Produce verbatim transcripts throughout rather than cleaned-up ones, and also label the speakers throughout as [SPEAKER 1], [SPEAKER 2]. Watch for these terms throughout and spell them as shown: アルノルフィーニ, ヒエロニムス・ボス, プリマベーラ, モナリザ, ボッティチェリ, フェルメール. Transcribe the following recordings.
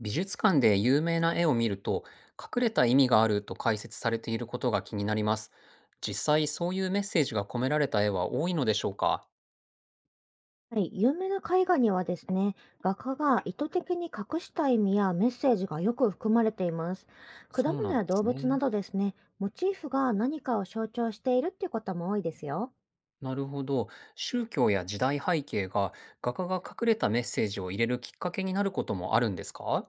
[SPEAKER 1] 美術館で有名な絵を見ると、隠れた意味があると解説されていることが気になります。実際、そういうメッセージが込められた絵は多いのでしょうか？
[SPEAKER 2] はい、有名な絵画にはですね、画家が意図的に隠した意味やメッセージがよく含まれています。果
[SPEAKER 1] そう
[SPEAKER 2] 物
[SPEAKER 1] なん
[SPEAKER 2] や
[SPEAKER 1] で
[SPEAKER 2] 動
[SPEAKER 1] す
[SPEAKER 2] 物な
[SPEAKER 1] ね。
[SPEAKER 2] どですね、モチーフが何かを象徴しているっていうことも多いですよ。
[SPEAKER 1] なるほど。宗教や時代背景が画家が隠れたメッセージを入れるきっかけになることもあるんですか？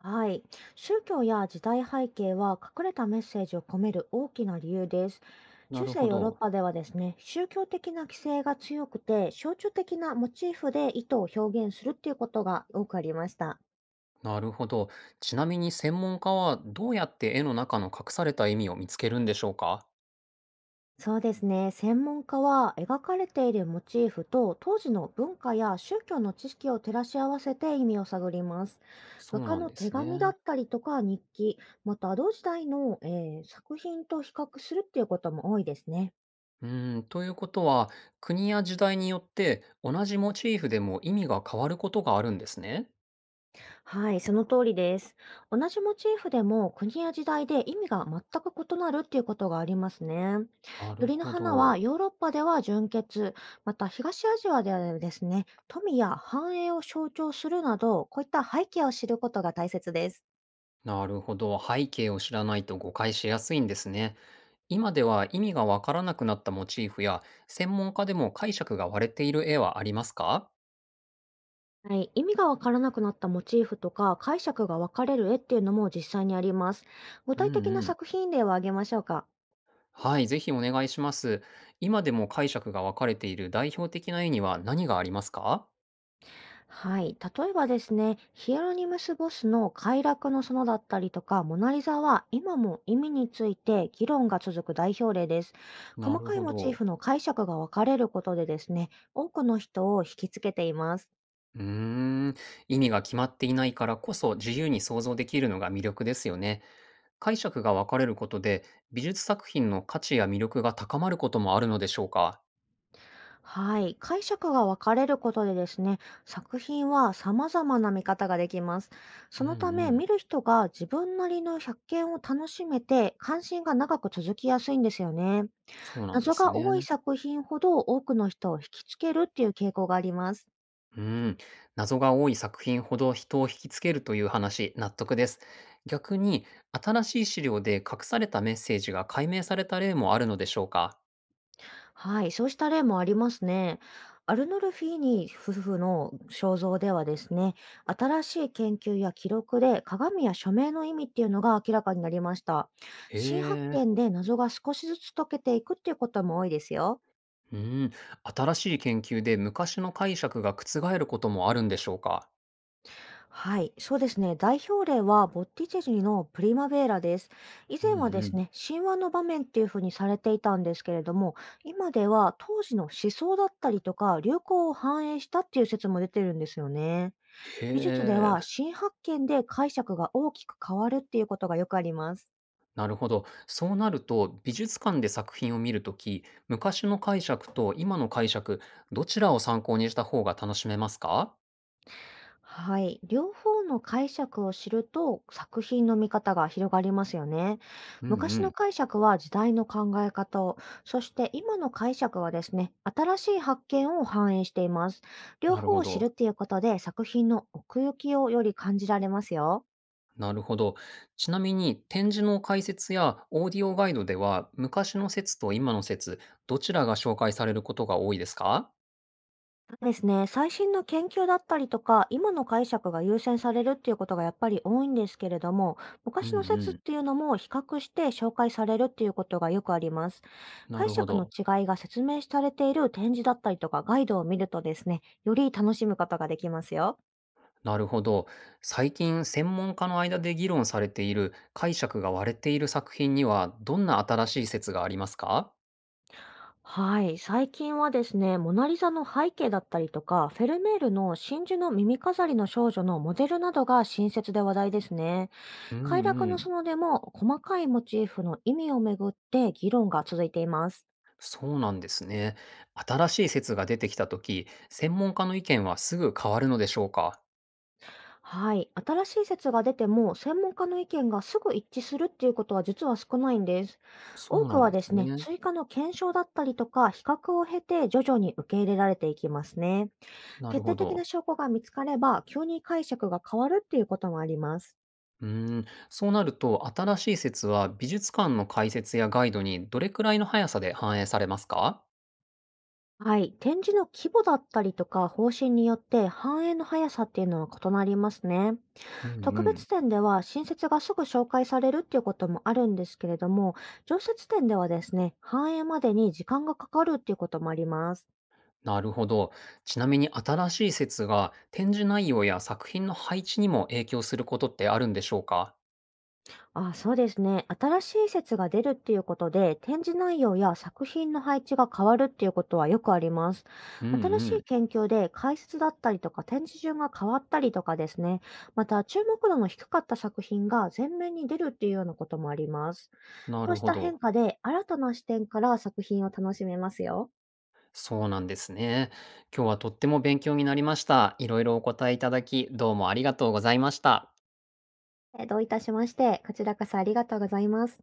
[SPEAKER 2] はい。宗教や時代背景は隠れたメッセージを込める大きな理由です。
[SPEAKER 1] な
[SPEAKER 2] 中
[SPEAKER 1] る
[SPEAKER 2] 世
[SPEAKER 1] ほ
[SPEAKER 2] ヨーロッ
[SPEAKER 1] ど。
[SPEAKER 2] パではですね、宗教的な規制が強くて、象徴的なモチーフで意図を表現するっていうことが多くありました。
[SPEAKER 1] なるほど。ちなみに専門家はどうやって絵の中の隠された意味を見つけるんでしょうか？
[SPEAKER 2] そうですね、専門家は描かれているモチーフと当時の文化や宗教の知識を照らし合わせて意味を探ります。
[SPEAKER 1] そ
[SPEAKER 2] 画
[SPEAKER 1] う
[SPEAKER 2] 家
[SPEAKER 1] なん
[SPEAKER 2] の
[SPEAKER 1] で
[SPEAKER 2] 手
[SPEAKER 1] す
[SPEAKER 2] 紙だっ
[SPEAKER 1] ね。
[SPEAKER 2] たりとか日記、また同時代の、えー作品と比較するっていうことも多いですね。
[SPEAKER 1] うーん、ということは、国や時代によって同じモチーフでも意味が変わることがあるんですね。
[SPEAKER 2] はい、その通りです。同じモチーフでも国や時代で意味が全く異なるっていうことがありますね。
[SPEAKER 1] な
[SPEAKER 2] 百
[SPEAKER 1] る
[SPEAKER 2] リの
[SPEAKER 1] ほ
[SPEAKER 2] 花は
[SPEAKER 1] ど。
[SPEAKER 2] ヨーロッパでは純潔、また東アジアではですね、富や繁栄を象徴するなど、こういった背景を知ることが大切です。
[SPEAKER 1] なるほど。背景を知らないと誤解しやすいんですね。今では意味がわからなくなったモチーフや、専門家でも解釈が割れている絵はありますか？
[SPEAKER 2] はい、意味がわからなくなったモチーフとか解釈が分かれる絵っていうのも実際にあります。具
[SPEAKER 1] う
[SPEAKER 2] 体的
[SPEAKER 1] ん
[SPEAKER 2] な
[SPEAKER 1] うん。
[SPEAKER 2] 作品例を挙げましょうか。
[SPEAKER 1] はい、ぜひお願いします。今でも解釈が分かれている代表的な絵には何がありますか？
[SPEAKER 2] はい。例えばですね、ヒエロニムス・ボスの快楽の園だったりとか、モナリザは今も意味について議論が続く代表例です。
[SPEAKER 1] な
[SPEAKER 2] 細
[SPEAKER 1] る
[SPEAKER 2] かい
[SPEAKER 1] ほ
[SPEAKER 2] モチー
[SPEAKER 1] ど。
[SPEAKER 2] フの解釈が分かれることでですね、多くの人を引きつけています。
[SPEAKER 1] うーん、意味が決まっていないからこそ自由に想像できるのが魅力ですよね。解釈が分かれることで、美術作品の価値や魅力が高まることもあるのでしょうか？
[SPEAKER 2] はい。解釈が分かれることでですね、作品は様々な見方ができます。
[SPEAKER 1] う
[SPEAKER 2] そ
[SPEAKER 1] ん
[SPEAKER 2] のため、
[SPEAKER 1] うん。
[SPEAKER 2] 見る人が自分なりの百見を楽しめて、関心が長く続きやすいんですよね。
[SPEAKER 1] そうなんで
[SPEAKER 2] 謎
[SPEAKER 1] す
[SPEAKER 2] が
[SPEAKER 1] ね。
[SPEAKER 2] 多い作品ほど多くの人を引きつけるっていう傾向があります。
[SPEAKER 1] うーん、謎が多い作品ほど人を引きつけるという話、納得です。逆に、新しい資料で隠されたメッセージが解明された例もあるのでしょうか？
[SPEAKER 2] はい、そうした例もありますね。アルノルフィーニ夫婦の肖像ではですね、新しい研究や記録で鏡や署名の意味っていうのが明らかになりました。
[SPEAKER 1] へ
[SPEAKER 2] 新発
[SPEAKER 1] え。
[SPEAKER 2] 見で謎が少しずつ解けていくっていうことも多いですよ。
[SPEAKER 1] うーん、新しい研究で昔の解釈が覆ることもあるんでしょうか？
[SPEAKER 2] はい、そうですね。代表例はボッティチェリのプリマベーラです。以
[SPEAKER 1] う
[SPEAKER 2] 前はで
[SPEAKER 1] んう
[SPEAKER 2] す
[SPEAKER 1] ん。
[SPEAKER 2] ね、神話の場面っていうふうにされていたんですけれども、今では当時の思想だったりとか流行を反映したっていう説も出てるんですよね。
[SPEAKER 1] へ
[SPEAKER 2] 美術では
[SPEAKER 1] え、
[SPEAKER 2] 新発見で解釈が大きく変わるっていうことがよくあります。
[SPEAKER 1] なるほど。そうなると、美術館で作品を見るとき、昔の解釈と今の解釈、どちらを参考にした方が楽しめますか？
[SPEAKER 2] はい。両方の解釈を知ると作品の見方が広がりますよね。
[SPEAKER 1] うんう
[SPEAKER 2] 昔の
[SPEAKER 1] ん。
[SPEAKER 2] 解釈は時代の考え方を、そして今の解釈はですね、新しい発見を反映しています。両
[SPEAKER 1] なる
[SPEAKER 2] 方
[SPEAKER 1] ほ
[SPEAKER 2] を知
[SPEAKER 1] ど。
[SPEAKER 2] るっていうことで作品の奥行きをより感じられますよ。
[SPEAKER 1] なるほど。ちなみに、展示の解説やオーディオガイドでは、昔の説と今の説、どちらが紹介されることが多いですか？
[SPEAKER 2] そうですね。最新の研究だったりとか、今の解釈が優先されるっていうことがやっぱり多いんですけれども、
[SPEAKER 1] う
[SPEAKER 2] 昔
[SPEAKER 1] ん
[SPEAKER 2] の説
[SPEAKER 1] う
[SPEAKER 2] っ
[SPEAKER 1] ん。
[SPEAKER 2] ていうのも比較して紹介されるっていうことがよくあります。
[SPEAKER 1] な
[SPEAKER 2] 解
[SPEAKER 1] るほ
[SPEAKER 2] 釈の
[SPEAKER 1] ど。
[SPEAKER 2] 違いが説明されている展示だったりとかガイドを見るとですね、より楽しむことができますよ。
[SPEAKER 1] なるほど。最近、専門家の間で議論されている解釈が割れている作品には、どんな新しい説がありますか？
[SPEAKER 2] はい。最近はですね、モナリザの背景だったりとか、フェルメールの真珠の耳飾りの少女のモデルなどが新説で話題ですね。
[SPEAKER 1] う
[SPEAKER 2] 快楽
[SPEAKER 1] んう
[SPEAKER 2] の
[SPEAKER 1] ん。
[SPEAKER 2] 園でも細かいモチーフの意味をめぐって議論が続いています。
[SPEAKER 1] そうなんですね。新しい説が出てきたとき、専門家の意見はすぐ変わるのでしょうか？
[SPEAKER 2] はい。新しい説が出ても専門家の意見がすぐ一致するっていうことは実は少ないんです。
[SPEAKER 1] そ
[SPEAKER 2] 多
[SPEAKER 1] う
[SPEAKER 2] く
[SPEAKER 1] なん
[SPEAKER 2] は
[SPEAKER 1] で
[SPEAKER 2] で
[SPEAKER 1] す
[SPEAKER 2] すね、
[SPEAKER 1] ね。
[SPEAKER 2] 追加の検証だったりとか比較を経て徐々に受け入れられていきますね。
[SPEAKER 1] なる
[SPEAKER 2] 決定
[SPEAKER 1] ほ
[SPEAKER 2] 的な
[SPEAKER 1] ど。
[SPEAKER 2] 証拠が見つかれば急に解釈が変わるっていうこともあります。
[SPEAKER 1] うーん、そうなると、新しい説は美術館の解説やガイドにどれくらいの速さで反映されますか？
[SPEAKER 2] はい。展示の規模だったりとか方針によって反映の速さっていうのは異なりますね。
[SPEAKER 1] うん
[SPEAKER 2] 特
[SPEAKER 1] う
[SPEAKER 2] 別
[SPEAKER 1] ん。
[SPEAKER 2] 展では新設がすぐ紹介されるっていうこともあるんですけれども、常設展ではですね、反映までに時間がかかるっていうこともあります。
[SPEAKER 1] なるほど。ちなみに新しい説が展示内容や作品の配置にも影響することってあるんでしょうか？
[SPEAKER 2] あ、そうですね。新しい説が出るっていうことで、展示内容や作品の配置が変わるっていうことはよくあります。
[SPEAKER 1] うんう
[SPEAKER 2] 新しい
[SPEAKER 1] ん。
[SPEAKER 2] 研究で解説だったりとか展示順が変わったりとかですね、また注目度の低かった作品が前面に出るっていうようなこともあります。
[SPEAKER 1] な
[SPEAKER 2] そう
[SPEAKER 1] る
[SPEAKER 2] し
[SPEAKER 1] ほ
[SPEAKER 2] た変
[SPEAKER 1] ど。
[SPEAKER 2] 化で新たな視点から作品を楽しめますよ。
[SPEAKER 1] そうなんですね。今日はとっても勉強になりました。いろいろお答えいただき、どうもありがとうございました。
[SPEAKER 2] え、どういたしまして、こちらこそありがとうございます。